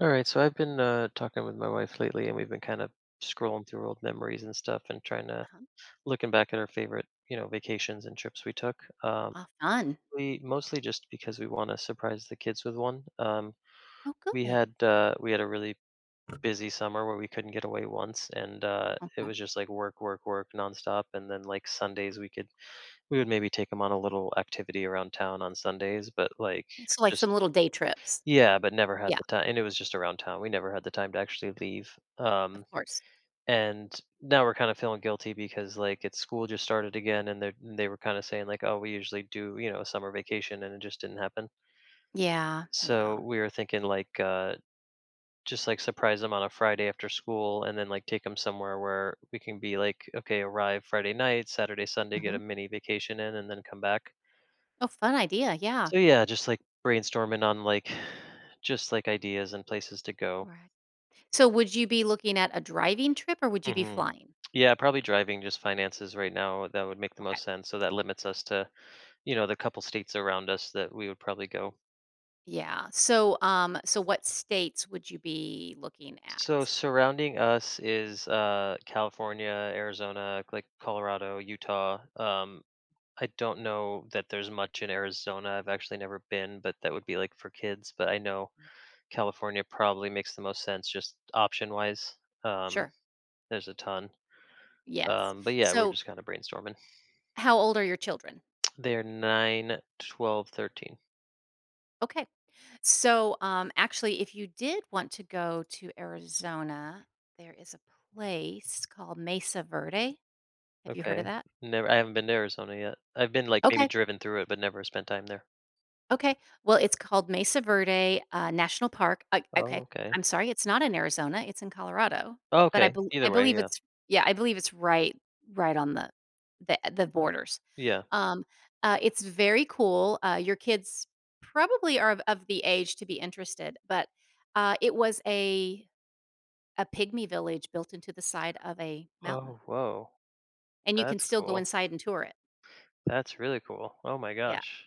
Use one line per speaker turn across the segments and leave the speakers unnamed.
All right, so I've been talking with my wife lately, and we've been kind of scrolling through old memories and stuff, and trying to
Uh-huh.
looking back at our favorite, vacations and trips we took.
Ah, fun.
We mostly just because we want to surprise the kids with one. Um,
Oh,
we
good.
had uh, we had a really busy summer where we couldn't get away once, and it
Okay.
was just like work, work, work nonstop. And then like Sundays, we would maybe take them on a little activity around town on Sundays, but like
Yeah, so, like, some
just
little day trips.
yeah, but never had
Yeah,
the time, and it was just around town. We never had the time to actually leave.
of
Um,
course.
and now we're kind of feeling guilty because like it's school just started again, and they were kind of saying like, oh, we usually do a summer vacation, and it just didn't happen.
Yeah,
So
yeah.
we were thinking like just like surprise them on a Friday after school, and then like take them somewhere where we can be like, okay, arrive Friday night, Saturday, Sunday, get
Mhm.
a mini vacation in, and then come back.
Oh, fun idea, yeah.
So yeah, just like brainstorming on like just like ideas and places to go.
Right. So, would you be looking at a driving trip or would you be
hmm
flying?
Yeah, probably driving, just finances right now, that would make the
Okay.
most sense. So that limits us to, the couple states around us that we would probably go.
Yeah. So what states would you be looking
So
at?
surrounding us is California, Arizona, like Colorado, Utah. I don't know that there's much in Arizona. I've actually never been, but that would be like for kids, but I know California probably makes the most sense just option-wise. Um
Sure.
there's a ton.
Yes.
But yeah, we're
So,
just kind of brainstorming.
how old are your children?
They're 9, 12, 13.
Okay. So, actually, if you did want to go to Arizona, there is a place called Mesa Verde. Have you heard of
Okay.
that?
Never I haven't been to Arizona yet. I've been, like, maybe
Okay,
driven through it, but never spent time there.
okay. Well, it's called Mesa Verde, National Park.
Oh, okay.
I'm sorry, it's not in Arizona, it's in Colorado,
Oh,
but I
okay,
bel I
either way,
believe
yeah.
it's yeah, I believe it's right on the borders.
Yeah.
Um, it's very cool. Your kids probably are of the age to be interested, but, it was a pygmy village built into the side of a mountain,
Oh, whoa.
and you can
That's
still go
cool.
inside and tour it.
That's really cool. Oh my
Yeah.
gosh.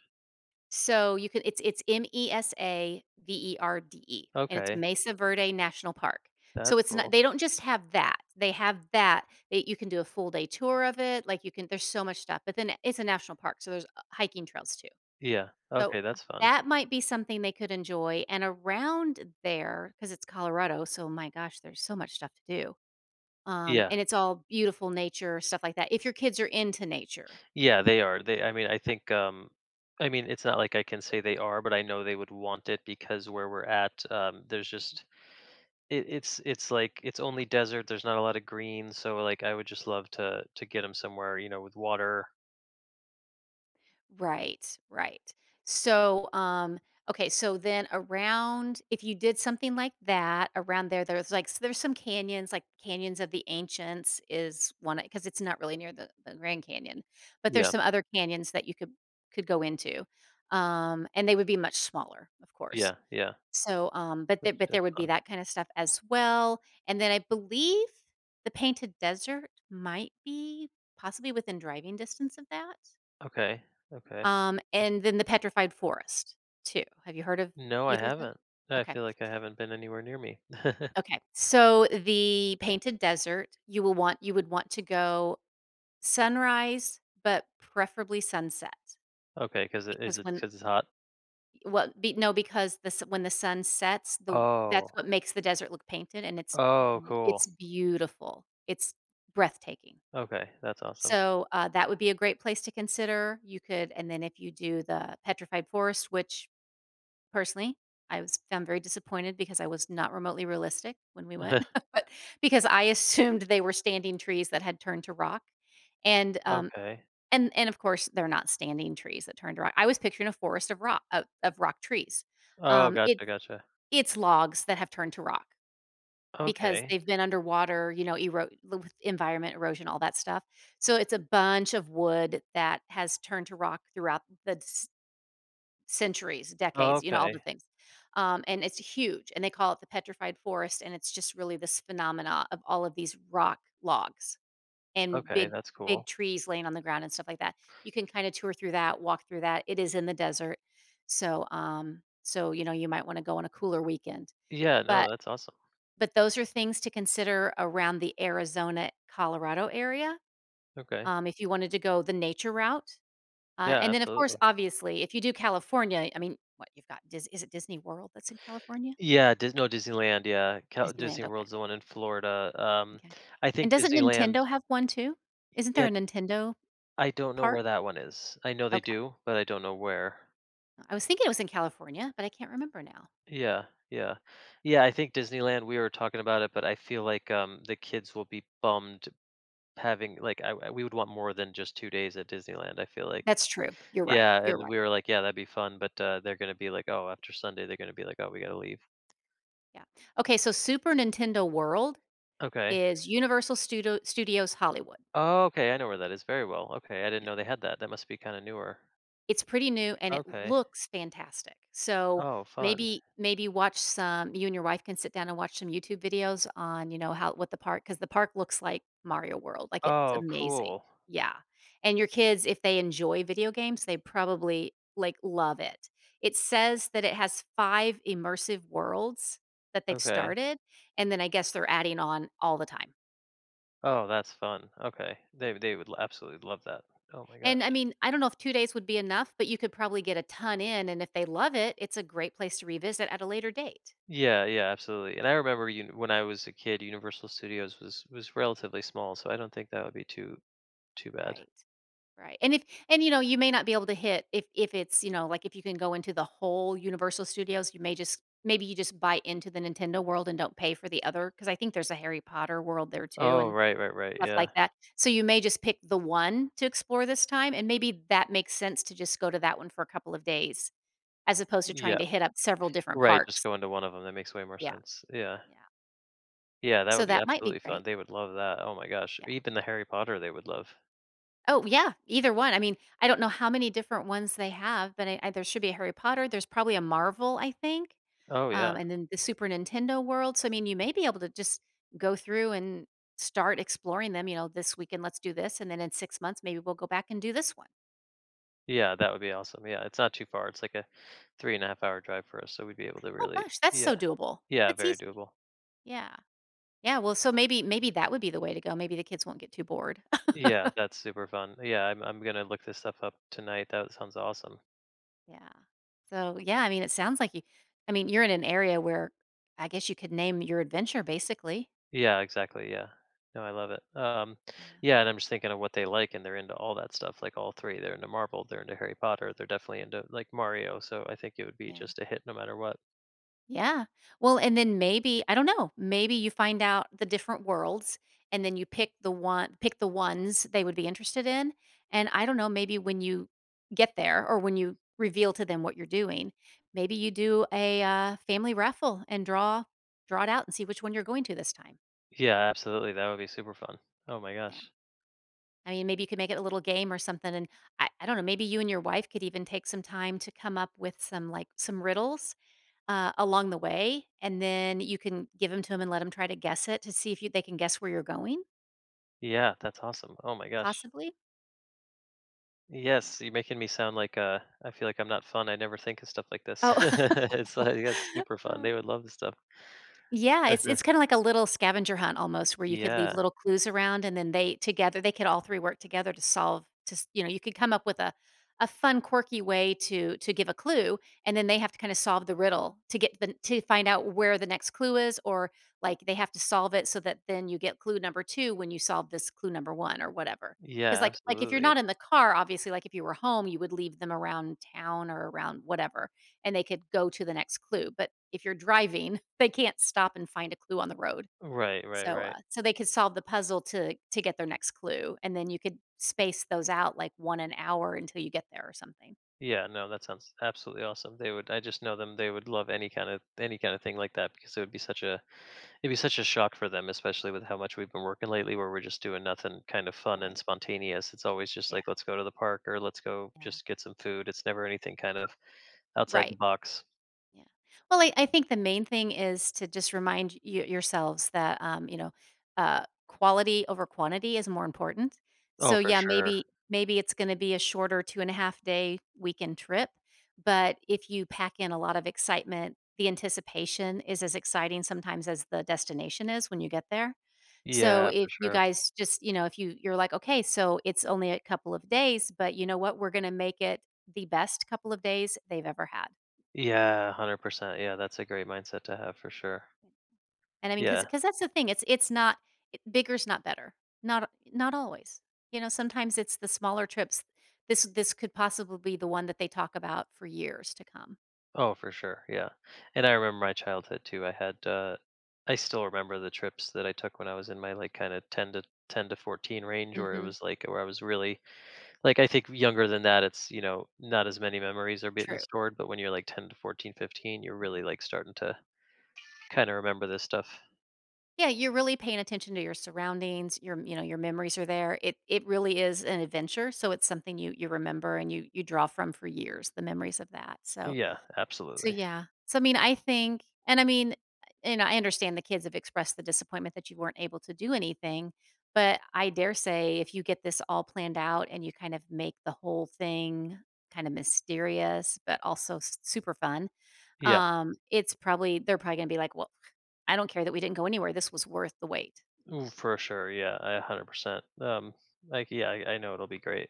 So you can it's Mesa Verde, and it's
Okay,
Mesa Verde National Park. So
that's
it's not
cool.
they don't just have that. They have that that you can do a full day tour of it, like, you can there's so much stuff, but then it's a national park, so there's, hiking trails too.
Yeah.
So
Okay, that's fun.
that might be something they could enjoy, and around there, because it's Colorado, so my gosh, there's so much stuff to do,
Yeah.
and it's all beautiful nature, stuff like that, if your kids are into nature.
Yeah, they are. They I mean, I think, I mean, it's not like I can say they are, but I know they would want it because where we're at, there's
Mhm.
just It it's like it's only desert, there's not a lot of green, so, like, I would just love to get him somewhere, with water.
Right, right. So, okay, so then around, if you did something like that around there, there's some canyons, like Canyons of the Ancients is one because it's not really near the Grand Canyon, but there's
Yeah,
some other canyons that you could go into, and they would be much smaller, of course.
yeah, yeah,
So, um, but
which
there but there
that's
would be
fun.
that kind of stuff as well, and then I believe the Painted Desert might be possibly within driving distance of that.
Okay, okay.
And then The Petrified Forest too. Have you heard of
No, I
either of those?
haven't. I
Okay.
feel like I haven't been anywhere near me.
Okay. So the Painted Desert, you would want to go sunrise, but preferably sunset
Okay, because
because
it
when
cause it's hot?
well, be, no, because the s- when the sun sets, the that's
Oh.
what makes the desert look painted, and it's
Oh,
be-
cool.
it's beautiful. It's breathtaking.
Okay, that's awesome.
So that would be a great place to consider. You could, and then if you do the Petrified Forest, which personally, I was found very disappointed because I was not remotely realistic when we went, but because I assumed they were standing trees that had turned to rock, and, um,
Okay.
and of course, they're not standing trees that turned to rock. I was picturing a forest of rock trees.
Oh,
Um, it
gotcha, gotcha.
it's logs that have turned to rock because
Okay.
they've been underwater, you know, ero with environment erosion, all that stuff. So, it's a bunch of wood that has turned to rock throughout the centuries,
Oh,
decades, all the
okay.
things. And it's huge, and they call it the petrified forest, and it's just really this phenomena of all of these rock logs and
Okay,
big
that's
big
cool.
trees laying on the ground and stuff like that. You can kind of tour through that, walk through that. It is in the desert. So, you might want to go on a cooler weekend.
Yeah, no,
But
that's awesome.
but those are things to consider around the Arizona, Colorado area.
Okay.
If you wanted to go the nature route,
Yeah,
and then, of course,
absolutely.
obviously, if you do California, I mean, what you've got Dis is it Disney World that's in California?
Yeah, Dis no, Disneyland, yeah, Cal Disney
Disneyland, okay,
World's the one in Florida.
okay.
I
And
think
doesn't
Disneyland,
Nintendo have one too? Isn't there
yeah,
a Nintendo
I don't know
park?
where that one is. I know they
Okay.
do, but I don't know where.
I was thinking it was in California, but I can't remember now.
Yeah, yeah. Yeah, I think Disneyland, we were talking about it, but I feel like, the kids will be bummed having like, I we would want more than just 2 days at Disneyland, I feel like.
That's true. You're right,
Yeah,
you're
and
right.
we were like, "Yeah, that'd be fun," but, they're gonna be like, "Oh," after Sunday, they're gonna be like, "Oh, we gotta leave."
Yeah. Okay, so Super Nintendo World
Okay.
is Universal Studios Hollywood.
Oh, okay, I know where that is very well, okay, I didn't
Yeah.
know they had that, that must be kinda newer.
It's pretty new and it
Okay.
looks fantastic. So
Oh, fun.
maybe maybe watch some you and your wife can sit down and watch some YouTube videos on, you know, how what the park because the park looks like Mario World. Like it's
Oh,
amazing.
cool.
Yeah. And your kids, if they enjoy video games, they probably like love it. It says that it has five immersive worlds that they've
Okay.
started. And then I guess they're adding on all the time.
Oh, that's fun. Okay. They would absolutely love that. Oh my gosh.
And I mean, I don't know if 2 days would be enough, but you could probably get a ton in, and if they love it, it's a great place to revisit at a later date.
Yeah, yeah, absolutely. And I remember you when I was a kid, Universal Studios was relatively small, so I don't think that would be too bad.
Right. Right. And you may not be able to hit if it's, like, if you can go into the whole Universal Studios, you may just maybe you just buy into the Nintendo world and don't pay for the other because I think there's a Harry Potter world there too
Oh,
and
right, right, right.
stuff
Yeah.
like that. So you may just pick the one to explore this time, and maybe that makes sense to just go to that one for a couple of days as opposed to trying
Yeah.
to hit up several different
Right, just
parks.
go into one of them. That makes way more
Yeah.
sense. Yeah.
Yeah.
Yeah, that would
So
be
that might be
absolutely fun.
great.
They would love that. Oh my gosh.
Yeah.
Even the Harry Potter they would love.
Oh, yeah, either one. I mean, I don't know how many different ones they have, but I there should be a Harry Potter. There's probably a Marvel, I think,
Oh yeah.
and then the Super Nintendo world. So I mean, you may be able to just go through and start exploring them. You know, this weekend let's do this, and then in 6 months maybe we'll go back and do this one.
Yeah, that would be awesome. Yeah, it's not too far. It's like a three and a half hour drive for us, so we'd be able to
Oh
really
gosh, that's
yeah.
so doable.
Yeah,
That's
very
easy.
doable.
Yeah. Yeah. Well, so maybe that would be the way to go. Maybe the kids won't get too bored.
Yeah, that's super fun. Yeah, I'm gonna look this stuff up tonight. That sounds awesome.
Yeah. So, yeah, I mean, it sounds like you I mean, you're in an area where I guess you could name your adventure basically.
Yeah, exactly. Yeah. No, I love it.
Yeah.
Yeah, and I'm just thinking of what they like, and they're into all that stuff. Like all three, they're into Marvel, they're into Harry Potter, they're definitely into like Mario. So I think it would be
Yeah.
just a hit no matter what.
Yeah. Well, and then maybe, I don't know, maybe you find out the different worlds and then you pick the ones they would be interested in, and I don't know, maybe when you get there or when you reveal to them what you're doing, maybe you do a, family raffle and draw it out and see which one you're going to this time.
Yeah, absolutely. That would be super fun. Oh my gosh.
Yeah. I mean, maybe you could make it a little game or something. And I don't know, maybe you and your wife could even take some time to come up with some riddles along the way. And then you can give them to them and let them try to guess it to see if they can guess where you're going,
Yeah, that's awesome. Oh my gosh.
possibly. Yeah.
Yes, you're making me sound like I feel like I'm not fun. I never think of stuff like this.
Oh,
It's like that's super fun. They would love this stuff.
Yeah, it's kinda like a little scavenger hunt almost where you could
Yeah.
leave little clues around and then they could all 3 work together to solve to s you know, you could come up with a fun, quirky way to give a clue, and then they have to kinda solve the riddle to get the to find out where the next clue is, or, like, they have to solve it so that then you get clue number 2 when you solve this clue number 1 or whatever. Because
Yeah,
if you're
absolutely.
not in the car, obviously, like, if you were home, you would leave them around town or around whatever and they could go to the next clue. But if you're driving, they can't stop and find a clue on the road.
Right, right,
So,
right.
they could solve the puzzle to get their next clue, and then you could space those out like 1 an hour until you get there or something.
Yeah, no, that sounds absolutely awesome. They would I just know them, they would love any kind of thing like that because it would be such a it'd be such a shock for them, especially with how much we've been working lately where we're just doing nothing kind of fun and
Right.
spontaneous. It's always just
Yeah,
like let's go to the park or let's go
yeah.
just get some food. It's never anything kind of outside the
Right.
box.
Yeah. Well, I think the main thing is to just remind y yourselves that, quality over quantity is more important.
Oh,
So,
for
yeah,
sure.
maybe it's gonna be a shorter 2.5-day weekend trip, but if you pack in a lot of excitement, the anticipation is as exciting sometimes as the destination is when you get there. So,
Yeah, for
if you
sure.
guys just if you're like, "Okay, so it's only a couple of days, but you know what? We're gonna make it the best couple of days they've ever had."
Yeah, 100%. Yeah, that's a great mindset to have for sure.
And I mean, because
Yeah.
because that's the thing, it's not it bigger's not better. Not not always. You know, sometimes it's the smaller trips. This could possibly be the one that they talk about for years to come.
Oh, for sure. Yeah. And I remember my childhood too. I still remember the trips that I took when I was in my like kind of 10 to 14 range where it
Mhm.
was like where I was really like I think younger than that it's, not as many memories are being
True.
stored, but when you're like 10 to 14, 15, you're really
Mhm.
like starting to kind of remember this stuff.
Yeah, you're really paying attention to your surroundings, your memories are there. It really is an adventure, so it's something you remember and you draw from for years, the memories of that, so
Yeah,
So,
absolutely.
yeah. So, I mean, I think and I mean, I understand the kids have expressed the disappointment that you weren't able to do anything, but I dare say if you get this all planned out and you kind of make the whole thing kind of mysterious, but also s super fun,
Yeah,
it's probably they're probably gonna be like, "Well, I don't care that we didn't go anywhere. This was worth the wait."
ooh, for sure. Yeah, I 100%. Like yeah, I know it'll be great.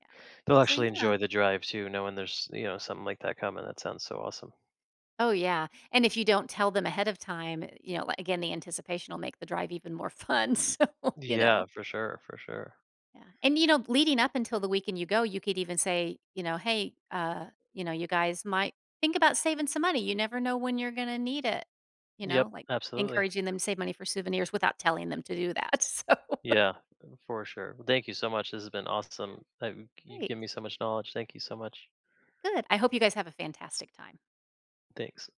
Yeah.
They'll
So,
actually
yeah.
enjoy the drive too knowing there's, something like that coming. That sounds so awesome.
Oh, yeah. And if you don't tell them ahead of time, you know, like, again, the anticipation will make the drive even more fun. So, you know.
Yeah, for sure, for sure.
Yeah, and leading up until the weekend you go, you could even say, "Hey, you guys might think about saving some money. You never know when you're gonna need it."
Yep,
Like,
absolutely.
encouraging them to save money for souvenirs without telling them to do that, so
Yeah, for sure. Well, thank you so much. This has been awesome. You've
Great,
given me so much knowledge. Thank you so much.
good. I hope you guys have a fantastic time.
Thanks.